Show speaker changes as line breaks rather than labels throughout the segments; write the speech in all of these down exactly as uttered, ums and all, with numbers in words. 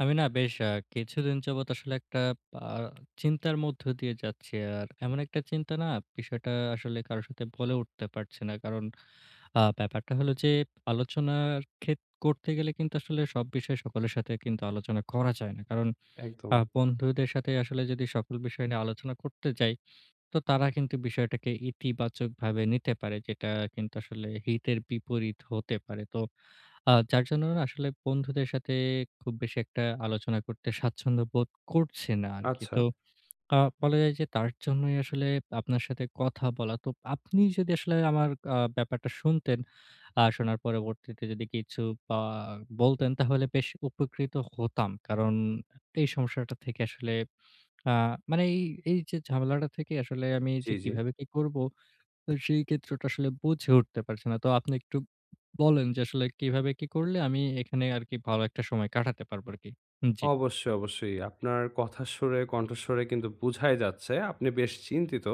আমি না বেশ আ কিছুদিন যাবৎ আসলে একটা আ চিন্তার মধ্য দিয়ে যাচ্ছি। আর এমন একটা চিন্তা না বিষয়টা আসলে কারো সাথে বলে উঠতে পারছি না। কারণ আ ব্যাপারটা হলো যে আলোচনার ক্ষেত করতে গেলে কিন্তু আসলে সব বিষয় সকলের সাথে কিন্তু আলোচনা করা যায় না। কারণ
একদম।
আ বন্ধুদের সাথে আসলে যদি সকল বিষয় নিয়ে আলোচনা করতে যাই, তো তারা কিন্তু বিষয়টাকে ইতিবাচকভাবে নিতে পারে যেটা কিন্তু আসলে হিতের বিপরীত হতে পারে। তো আ যার জন্য না আসলে বন্ধুদের সাথে খুব বেশি একটা আলোচনা করতে স্বাচ্ছন্দ্য বোধ করছি না আরকি।
আচ্ছা।
তো আ বলা যায় যে তার জন্যই আসলে আপনার সাথে কথা বলা। তো আপনি যদি আসলে আমার আ ব্যাপারটা শুনতেন, আ শোনার পরবর্তীতে যদি কিছু আ বলতেন তাহলে বেশ উপকৃত হতাম। কারণ এই সমস্যাটা থেকে আসলে আ মানে এই, এই যে ঝামেলাটা থেকে আসলে আমি
জি,
যে
জি।
কিভাবে কি করব, তো সেই ক্ষেত্রটা আসলে বুঝে উঠতে পারছি না। তো আপনি একটু বলেন যে আসলে কিভাবে কি করলে আমি এখানে আরকি ভালো একটা সময় কাটাতে পারবো আরকি? জি।
অবশ্যই, অবশ্যই। আপনার কথার সুরে, কণ্ঠস্বরে কিন্তু বুঝাই যাচ্ছে আপনি বেশ চিন্তিত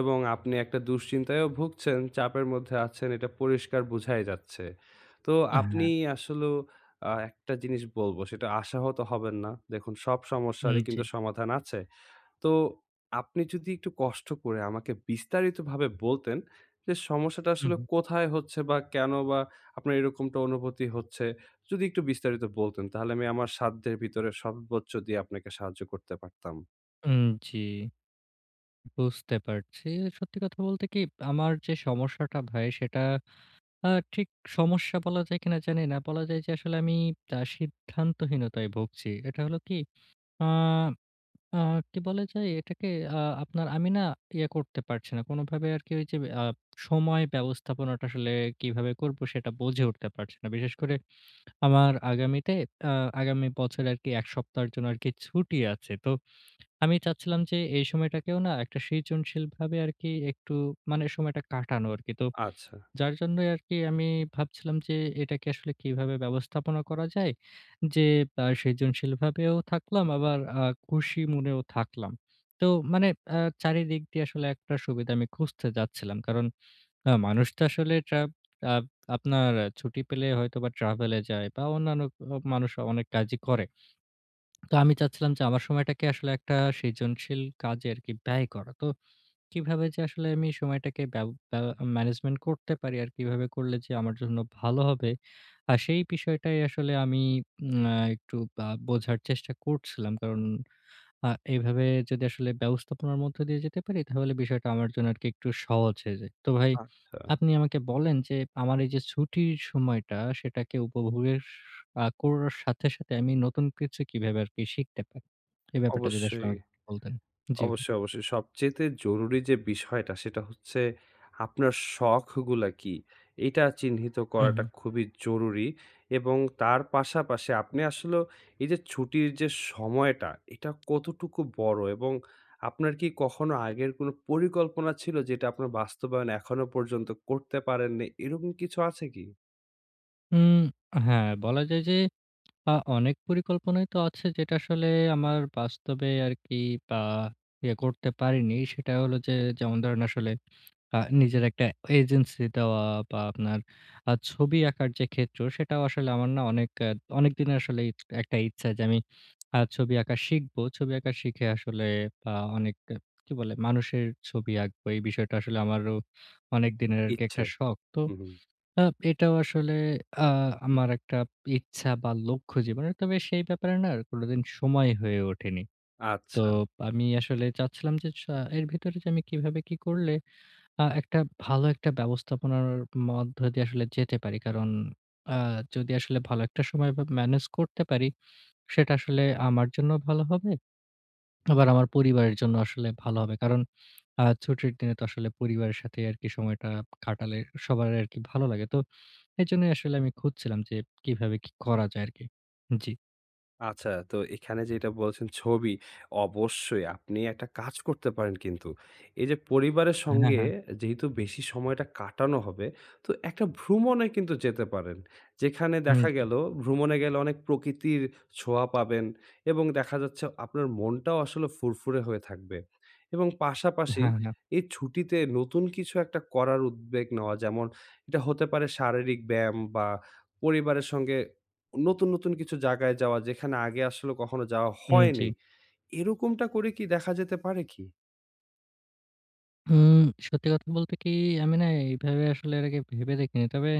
এবং আপনি একটা দুশ্চিন্তায়ও ভুগছেন, চাপের মধ্যে আছেন এটা পরিষ্কার বুঝাই যাচ্ছে। তো
আ
আপনি
হ্যাঁ।
আসলেও আ একটা জিনিস বলব সেটা আশাহত হবেন না। দেখুন সব
উম
সমস্যারই
জি।
কিন্তু সমাধান আছে। তো আপনি যদি একটু কষ্ট করে আমাকে বিস্তারিতভাবে বলতেন যে সমস্যাটা
হু,
আসলে
হু।
কোথায় হচ্ছে বা কেন বা আপনার এরকমটা অনুভূতি হচ্ছে? যদি একটু বিস্তারিত বলতেন তাহলে আমি আমার সাধ্যের ভিতরে সর্বোচ্চ দিয়ে আপনাকে সাহায্য করতে পারতাম।
উম জি, বুঝতে পারছি। সত্যি কথা বলতে কি, আমার যে সমস্যাটা ভাই সেটা আ ঠিক সমস্যা বলা যায় কিনা জানি না। বলা যায় যে আসলে আমি আ সিদ্ধান্তহীনতায় ভুগছি। এটা হলো কি, আ আ কি বলা যায়? এটাকে আ আপনার আমি না ইয়ে করতে পারছি না। কোনোভাবে আরকি ওই যে আ সময় ব্যবস্থাপনাটা আসলে কিভাবে করব সেটা বুঝে উঠতে পারছি না। বিশেষ করে আমার আগামীতে আ আগামী বছরে আরকি এক সপ্তাহের জন্য আরকি ছুটি আছে। তো আমি চাচ্ছিলাম যে এই সময়টাকেও না একটা সৃজনশীলভাবে আরকি একটু মানে সময়টা কাটানো আরকি। তো
আচ্ছা,
যার জন্যই আরকি আমি ভাবছিলাম যে এটাকে আসলে কিভাবে ব্যবস্থাপনা করা যায়? যে আ সৃজনশীলভাবেও থাকলাম আবার আ খুশি মনেও থাকলাম। তো মানে আ চারিদিক দিয়ে আসলে একটা সুবিধা আমি খুঁজতে যাচ্ছিলাম। কারণ আ মানুষ তো আসলে ট্রা আ আপনার ছুটি পেলে হয়তোবা ট্রাভেল এ যায় বা অন্যান্য অ মানুষ অনেক কাজই করে। তো আমি চাচ্ছিলাম যে আমার সময়টাকে আসলে একটা সৃজনশীল কাজে আরকি ব্যয় করা। তো কিভাবে যে আসলে আমি সময়টাকে ব্যব ব্যা ম্যানেজমেন্ট করতে পারি আর কিভাবে করলে যে আমার জন্য ভালো হবে, আ সেই বিষয়টাই আসলে আমি উম আ একটু বা বোঝার চেষ্টা করছিলাম। কারণ আ এভাবে যদি আসলে ব্যবস্থাপনার মধ্য দিয়ে যেতে পারি, তাহলে বিষয়টা আমার জন্য আরকি একটু সহজ হয়ে যায়। তো ভাই,
আচ্ছা।
আপনি আমাকে বলেন যে আমার এই যে ছুটির সময়টা সেটাকে উপভোগের আ করার সাথে, সাথে আমি নতুন কিছু কিভাবে আরকি শিখতে পারি? এই ব্যাপারটা যদি আসলে
অবশ্যই।
আমাকে একটু বলতেন। জি ভাই।
অবশ্যই, অবশ্যই। সবচেয়েতে জরুরি যে বিষয়টা সেটা হচ্ছে আপনার শখগুলা কি? এটা চিহ্নিত
হুম,
করাটা
হুম।
খুবই জরুরি এবং তার পাশাপাশি আপনি আসলেও এই যে ছুটির যে সময়টা এটা কতটুকু বড় এবং আপনার কি কখনো আগের কোনো পরিকল্পনা ছিল যেটা আপনার বাস্তবায়ন এখনো পর্যন্ত করতে পারেননি? এরকম কিছু আছে কি?
হুম, হ্যাঁ, বলা যায় যে আ অনেক পরিকল্পনাই তো আছে যেটা আসলে আমার বাস্তবে আরকি আ ইয়ে করতে পারিনি। সেটা হলো যে, যেমন ধরেন আসলে আ নিজের একটা এজেন্সি দেওয়া বা আপনার আ ছবি আঁকার যে ক্ষেত্র সেটাও আসলে আমার না অনেক আ অনেকদিনের আসলে ইচ একটা ইচ্ছা যে আমি আ ছবি আঁকা শিখবো। ছবি আঁকা শিখে আসলে আ অনেক আহ, কি বলে, মানুষের ছবি আঁকবো। এই বিষয়টা আসলে আমারও অনেক দিনের আরকি
ইচ্ছে।
একটা শখ। তো
হুম, হুম।
আ এটাও আসলে আ আমার একটা ইচ্ছা বা লক্ষ্য জীবনের। তবে সেই ব্যাপারে না আর কোনোদিন সময় হয়ে ওঠেনি। তো
আচ্ছা।
আমি আসলে চাচ্ছিলাম যে সা এর ভিতরে যে আমি কিভাবে কি করলে আ একটা ভালো একটা ব্যবস্থাপনার মধ্য দিয়ে আসলে যেতে পারি। কারণ আ যদি আসলে ভালো একটা সময় বা ম্যানেজ করতে পারি, সেটা আসলে আমার জন্য ভালো হবে। আবার আমার পরিবারের জন্য আসলে ভালো হবে। কারণ আ ছুটির দিনে তো আসলে পরিবারের সাথে আরকি সময়টা কাটালে সবার আরকি ভালো লাগে। তো এজন্যই আসলে আমি খুঁজছিলাম যে কিভাবে কি করা যায় আরকি। জি।
আচ্ছা, তো এখানে যেটা বলছেন ছবি, অবশ্যই আপনি একটা কাজ করতে পারেন কিন্তু। এই যে পরিবারের
হ্যাঁ,
সঙ্গে
হ্যাঁ।
যেহেতু বেশি সময়টা কাটানো হবে, তো একটা ভ্রমণে কিন্তু যেতে পারেন। যেখানে
হুম,
দেখা
জি।
গেল ভ্রমণে গেলে অনেক প্রকৃতির ছোঁয়া পাবেন এবং দেখা যাচ্ছে আপনার মনটাও আসলে ফুরফুরে হয়ে থাকবে। এবং পাশাপাশি
হ্যাঁ, হ্যাঁ।
এই ছুটিতে নতুন কিছু একটা করার উদ্বেগ নেওয়া যেমন এটা হতে পারে শারীরিক ব্যায়াম বা পরিবারের সঙ্গে নতুন, নতুন কিছু জায়গায় যাওয়া যেখানে আগে আসলে কখনো যাওয়া
হুম, জি।
হয়নি। এরকমটা করে কি দেখা যেতে পারে কি?
উম সত্যি কথা বলতে কি, আমি না এইভাবে আসলে এর আগে ভেবে দেখিনি। তবে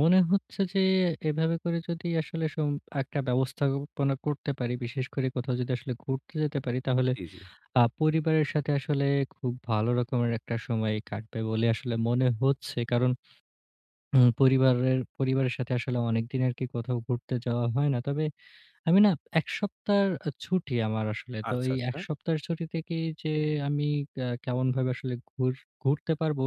মনে হচ্ছে যে এভাবে করে যদি আসলে সম একটা ব্যবস্থাপনা করতে পারি, বিশেষ করে কোথাও যদি আসলে ঘুরতে যেতে পারি, তাহলে
জি, জি।
আ পরিবারের সাথে আসলে খুব ভালো রকমের একটা সময় কাটবে বলে আসলে মনে হচ্ছে। কারণ উম পরিবারের পরিবারের সাথে আসলে অনেকদিন আরকি কোথাও ঘুরতে যাওয়া হয় না। তবে আমি না এক সপ্তাহের আ ছুটি আমার আসলে। তো
আচ্ছা,
এই এক
আচ্ছা।
সপ্তাহের ছুটি থেকেই যে আমি আ কেমনভাবে আসলে ঘুর ঘুরতে পারবো।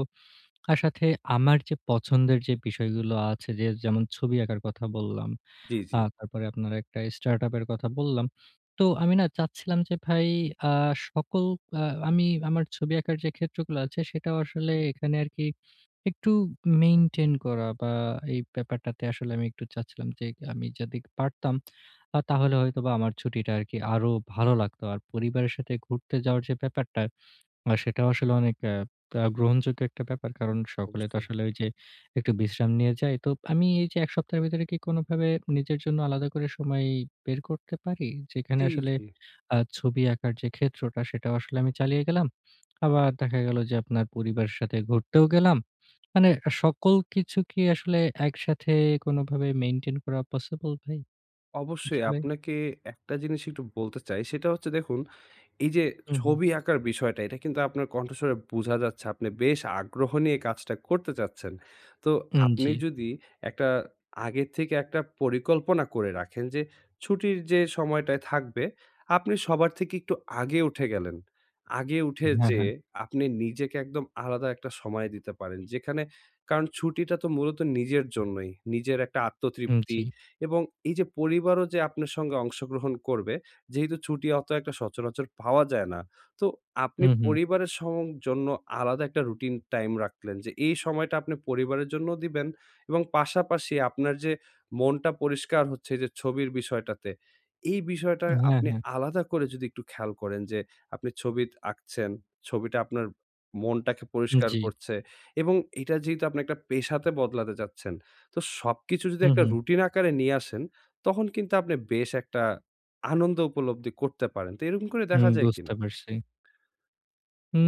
আর সাথে আমার যে পছন্দের যে বিষয়গুলো আছে, যে যেমন ছবি আঁকার কথা বললাম।
জি, জি।
আ তারপরে আপনার একটা স্টার্টআপ এর কথা বললাম। তো আমি না চাচ্ছিলাম যে ভাই আ সকল আ আমি আমার ছবি আঁকার যে ক্ষেত্রগুলো আছে সেটাও আসলে এখানে আরকি একটু মেইনটেইন করা বা এই ব্যাপারটাতে আসলে আমি একটু চাচ্ছিলাম যে আমি যদি পারতাম, আ তাহলে হয়তোবা আমার ছুটিটা আরকি আরো ভালো লাগতো। আর পরিবারের সাথে ঘুরতে যাওয়ার যে ব্যাপারটা, আর সেটাও আসলে অনেক আ আ গ্রহণযোগ্য একটা ব্যাপার। কারণ সকলে তো
অবশ্যই।
আসলে ওই যে একটু বিশ্রাম নিয়ে যায়। তো আমি এই যে এক সপ্তাহের ভিতরে কি কোনভাবে নিজের জন্য আলাদা করে সময় বের করতে পারি? যেখানে
জি,
আসলে
জি।
আ ছবি আঁকার যে ক্ষেত্রটা সেটাও আসলে আমি চালিয়ে গেলাম। আবার দেখা গেল যে আপনার পরিবারের সাথে ঘুরতেও গেলাম। মানে সকল কিছু কি আসলে একসাথে কোনভাবে মেইনটেইন করা পসিবল ভাই? জি
অবশ্যই
ভাই।
আপনাকে একটা জিনিস একটু বলতে চাই। সেটা হচ্ছে দেখুন এই যে
হুম, হুম।
ছবি আঁকার বিষয়টা, এটা কিন্তু আপনার কণ্ঠস্বরে বোঝা যাচ্ছে আপনি বেশ আগ্রহ নিয়ে কাজটা করতে চাচ্ছেন। তো
উম
আপনি
জি।
যদি একটা আগে থেকে একটা পরিকল্পনা করে রাখেন যে ছুটির যে সময়টায় থাকবে, আপনি সবার থেকে একটু আগে উঠে গেলেন। আগে উঠে
হ্যাঁ, হ্যাঁ।
যেয়ে আপনি নিজেকে একদম আলাদা একটা সময় দিতে পারেন। যেখানে কারণ ছুটিটা তো মূলত নিজের জন্যই। নিজের একটা
উম
আত্মতৃপ্তি
জি।
এবং এই যে পরিবারও যে আপনার সঙ্গে অংশগ্রহণ করবে যেহেতু ছুটি অত একটা সচরাচর পাওয়া যায় না। তো আপনি
হুম, হুম।
পরিবারের সং জন্য আলাদা একটা রুটিন টাইম রাখলেন যে, এই সময়টা আপনি পরিবারের জন্যও দিবেন এবং পাশাপাশি আপনার যে মনটা পরিষ্কার হচ্ছে যে ছবির বিষয়টাতে, এই বিষয়টা
হ্যাঁ,
আপনি
হ্যাঁ।
আলাদা করে যদি একটু খেয়াল করেন যে, আপনি ছবি আঁকছেন, ছবিটা আপনার মনটাকে পরিষ্কার
জি।
করছে এবং এটা যেহেতু আপনি একটা পেশাতে বদলাতে চাচ্ছেন, তো সবকিছু যদি
হুম,
একটা
হুম।
রুটিন আকারে নিয়ে আসেন, তখন কিন্তু আপনি বেশ একটা আনন্দ উপলব্ধি করতে পারেন। তো এরকম করে
হুম,
দেখা যায়
বুঝতে
কিনা?
পারছি।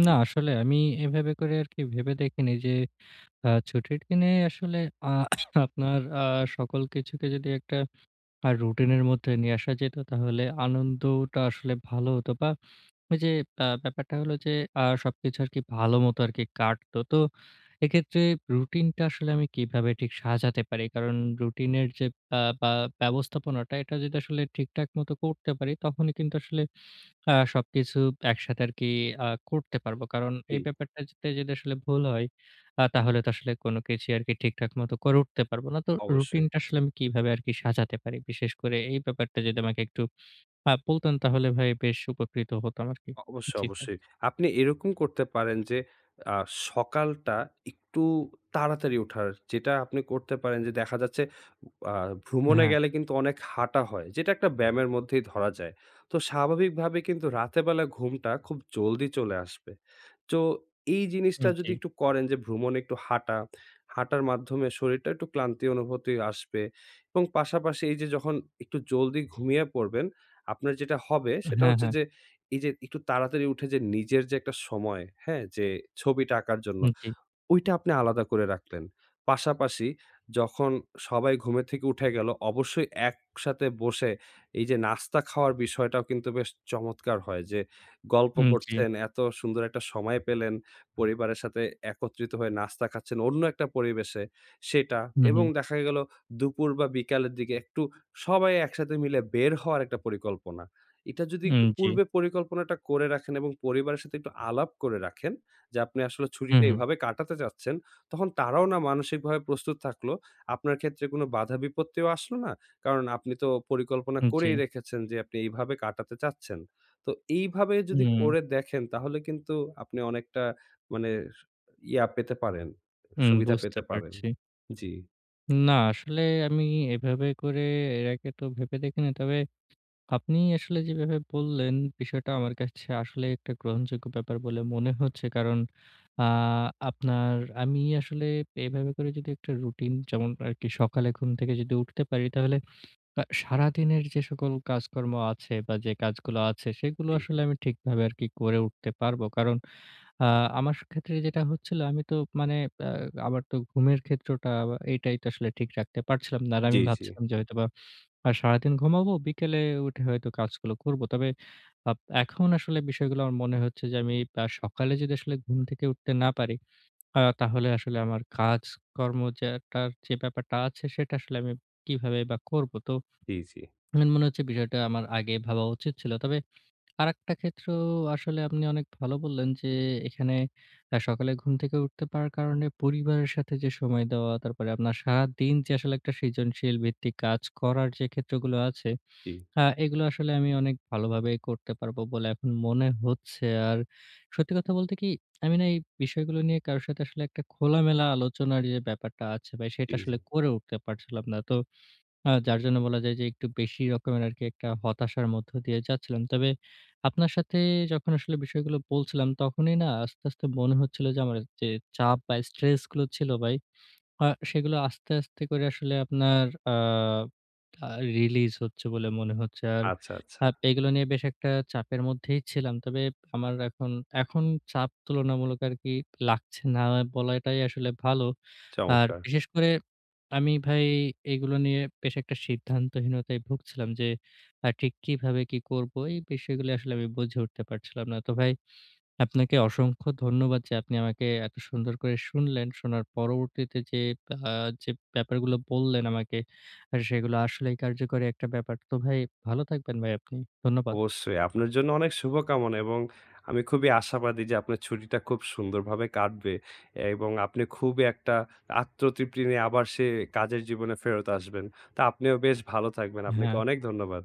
জি,
না আসলে আমি এভাবে করে আরকি ভেবে দেখিনি যে আ ছুটির দিনে আসলে আ আপনার আ সকল কিছুকে যদি একটা আ রুটিনের মধ্যে নিয়ে আসা যেত তাহলে আনন্দটা আসলে ভালো হতো বা ওই যে আ ব্যাপারটা হলো যে আ সবকিছু আরকি ভালো মতো আরকি কাটতো। তো এক্ষেত্রে রুটিনটা আসলে আমি কিভাবে ঠিক সাজাতে পারি? কারণ রুটিনের যে আ বা ব্যবস্থাপনাটা এটা যদি আসলে ঠিকঠাক মতো করতে পারি তখনই কিন্তু আসলে আ সবকিছু একসাথে আরকি আ করতে পারবো। কারণ
জি
এই ব্যাপারটাতে যদি আসলে ভুল হয়, আ তাহলে তো আসলে কোনো কিছুই আরকি ঠিকঠাক মতো করে উঠতে পারবো না। তো
অবশ্যই।
রুটিনটা আসলে আমি কিভাবে আরকি সাজাতে পারি? বিশেষ করে এই ব্যাপারটা যদি আমাকে একটু আ বলতেন তাহলে ভাই বেশ উপকৃত হতাম আরকি।
অবশ্যই,
জি ভাই।
অবশ্যই। আপনি এরকম করতে পারেন যে আ সকালটা একটু তাড়াতাড়ি ওঠার যেটা আপনি করতে পারেন যে দেখা যাচ্ছে আ ভ্রমণে
হ্যাঁ,
গেলে কিন্তু অনেক হাঁটা হয়। যেটা একটা ব্যায়ামের মধ্যেই ধরা যায়। তো স্বাভাবিকভাবে কিন্তু রাতের বেলা ঘুমটা খুব জলদি চলে আসবে। তো এই জিনিসটা
উম জি।
যদি একটু করেন যে ভ্রমণে একটু হাঁটা, হাঁটার মাধ্যমে শরীরটা একটু ক্লান্তি অনুভূতি আসবে এবং পাশাপাশি এই যে যখন একটু জলদি ঘুমিয়ে পড়বেন, আপনার যেটা হবে সেটা
হ্যাঁ,
হচ্ছে
হ্যাঁ।
যে এই যে একটু তাড়াতাড়ি উঠে যে নিজের যে একটা সময়, হ্যাঁ? যে ছবিটা আঁকার জন্য
উম জি,
ওইটা আপনি আলাদা করে রাখলেন। পাশাপাশি যখন সবাই ঘুমের থেকে উঠে গেল, অবশ্যই একসাথে বসে এই যে নাস্তা খাওয়ার বিষয়টাও কিন্তু বেশ চমৎকার হয় যে, গল্প
উম জি।
করছেন, এত সুন্দর একটা সময় পেলেন, পরিবারের সাথে একত্রিত হয়ে নাস্তা খাচ্ছেন অন্য একটা পরিবেশে সেটা
হু, হু।
এবং দেখা গেল দুপুর বা বিকালের দিকে একটু সবাই একসাথে মিলে বের হওয়ার একটা পরিকল্পনা। এটা যদি
উম
একটু
জি।
পূর্বে পরিকল্পনাটা করে রাখেন এবং পরিবারের সাথে একটু আলাপ করে রাখেন যে আপনি আসলে
হু,
ছুটিটা
হু।
এভাবে কাটাতে চাচ্ছেন, তখন তারাও না মানসিকভাবে প্রস্তুত থাকলো। আপনার ক্ষেত্রে কোনো বাধা বিপত্তিও আসলো না। কারণ আপনি তো পরিকল্পনা
উম জি।
করেই রেখেছেন যে আপনি এইভাবে কাটাতে চাচ্ছেন। তো এইভাবে যদি
হুম,
করে দেখেন তাহলে কিন্তু আপনি অনেকটা মানে স ইয়া পেতে পারেন,
হুম,
সুবিধা
বুঝতে
পেতে পারেন।
পারছি।
জি,
না আসলে আমি এভাবে করে এর আগে তো ভেবে দেখিনি। তবে আপনি আসলে যেভাবে বললেন, বিষয়টা আমার কাছে আসলে একটা গ্রহণযোগ্য ব্যাপার বলে মনে হচ্ছে। কারণ আ আপনার আমি আসলে এভাবে করে যদি একটা রুটিন যেমন আরকি সকালে ঘুম থেকে যদি উঠতে পারি, তাহলে আ সারাদিনের যে সকল কাজকর্ম আছে বা যে কাজগুলো আছে, সেগুলো
জি,
আসলে আমি ঠিকভাবে আরকি করে উঠতে পারবো। কারণ আ আমার ক্ষেত্রে যেটা হচ্ছিল, আমি তো মানে আ আমার তো ঘুমের ক্ষেত্রটা এটাই তো আসলে ঠিক রাখতে পারছিলাম না। আর আমি
জি, জি,
ভাবছিলাম যে হয়তোবা আর সারাদিন ঘুমাবো, বিকেলে উঠে হয়তো কাজগুলো করব। তবে আপ এখন আসলে বিষয়গুলো আমার মনে হচ্ছে যে আমি আ সকালে যদি আসলে ঘুম থেকে উঠতে না পারি, আ তাহলে আসলে আমার কাজকর্ম, যেটার যে ব্যাপারটা আছে সেটা আসলে আমি কিভাবে বা করব? তো
জি, জি,
আমার মনে হচ্ছে বিষয়টা আমার আগে ভাবা উচিত ছিল। তবে আরেকটা ক্ষেত্রেও আসলে আপনি অনেক ভালো বললেন যে এখানে আ সকালে ঘুম থেকে উঠতে পারার কারণে পরিবারের সাথে যে সময় দেওয়া, তারপরে আপনার সারাদিন যে আসলে একটা সৃজনশীল ভিত্তিক কাজ করার যে ক্ষেত্রগুলো আছে,
জি,
আ এগুলো আসলে আমি অনেক ভালোভাবেই করতে পারবো বলে এখন মনে হচ্ছে। আর সত্যি কথা বলতে কি, আমি না এই বিষয়গুলো নিয়ে কারো সাথে আসলে একটা খোলামেলা আলোচনার যে ব্যাপারটা আছে ভাই, সেটা
জি, জি।
আসলে করে উঠতে পারছিলাম না। তো আ যার জন্য বলা যায় যে একটু বেশি রকমের আরকি একটা হতাশার মধ্য দিয়ে যাচ্ছিলাম। তবে আপনার সাথে যখন আসলে বিষয়গুলো বলছিলাম, তখনই না আস্তে, আস্তে মনে হচ্ছিল যে আমার যে চাপ বা স্ট্রেস গুলো ছিল ভাই আ সেগুলো আস্তে, আস্তে করে আসলে আপনার আ আ রিলিজ হচ্ছে বলে মনে হচ্ছে। আর
আচ্ছা, আচ্ছা।
আ এগুলো নিয়ে বেশ একটা চাপের মধ্যেই ছিলাম। তবে আমার এখন, এখন চাপ তুলনামূলক আরকি লাগছে না বলাটাই আসলে ভালো। আর
চমৎকার!
বিশেষ করে আমি ভাই এগুলো নিয়ে বেশ একটা সিদ্ধান্তহীনতায় ভুগছিলাম যে আ ঠিক কিভাবে কি করব? এই বিষয়গুলো আসলে আমি বুঝে উঠতে পারছিলাম না। তো ভাই, আপনাকে অসংখ্য ধন্যবাদ যে আপনি আমাকে এত সুন্দর করে শুনলেন। শোনার পরবর্তীতে যে আ যে ব্যাপারগুলো বললেন আমাকে, আর সেগুলো আসলেই কার্যকরী একটা ব্যাপার। তো ভাই, ভালো থাকবেন ভাই আপনি। ধন্যবাদ।
অবশ্যই। আপনার জন্য অনেক শুভকামনা এবং আমি খুবই আশাবাদী যে আপনার ছুটিটা খুব সুন্দরভাবে কাটবে এবং আপনি খুবই একটা আত্মতৃপ্তি নিয়ে আবার সে কাজের জীবনে ফেরত আসবেন। তো আপনিও বেশ ভালো থাকবেন। আপনাকে
হ্যাঁ।
অনেক ধন্যবাদ।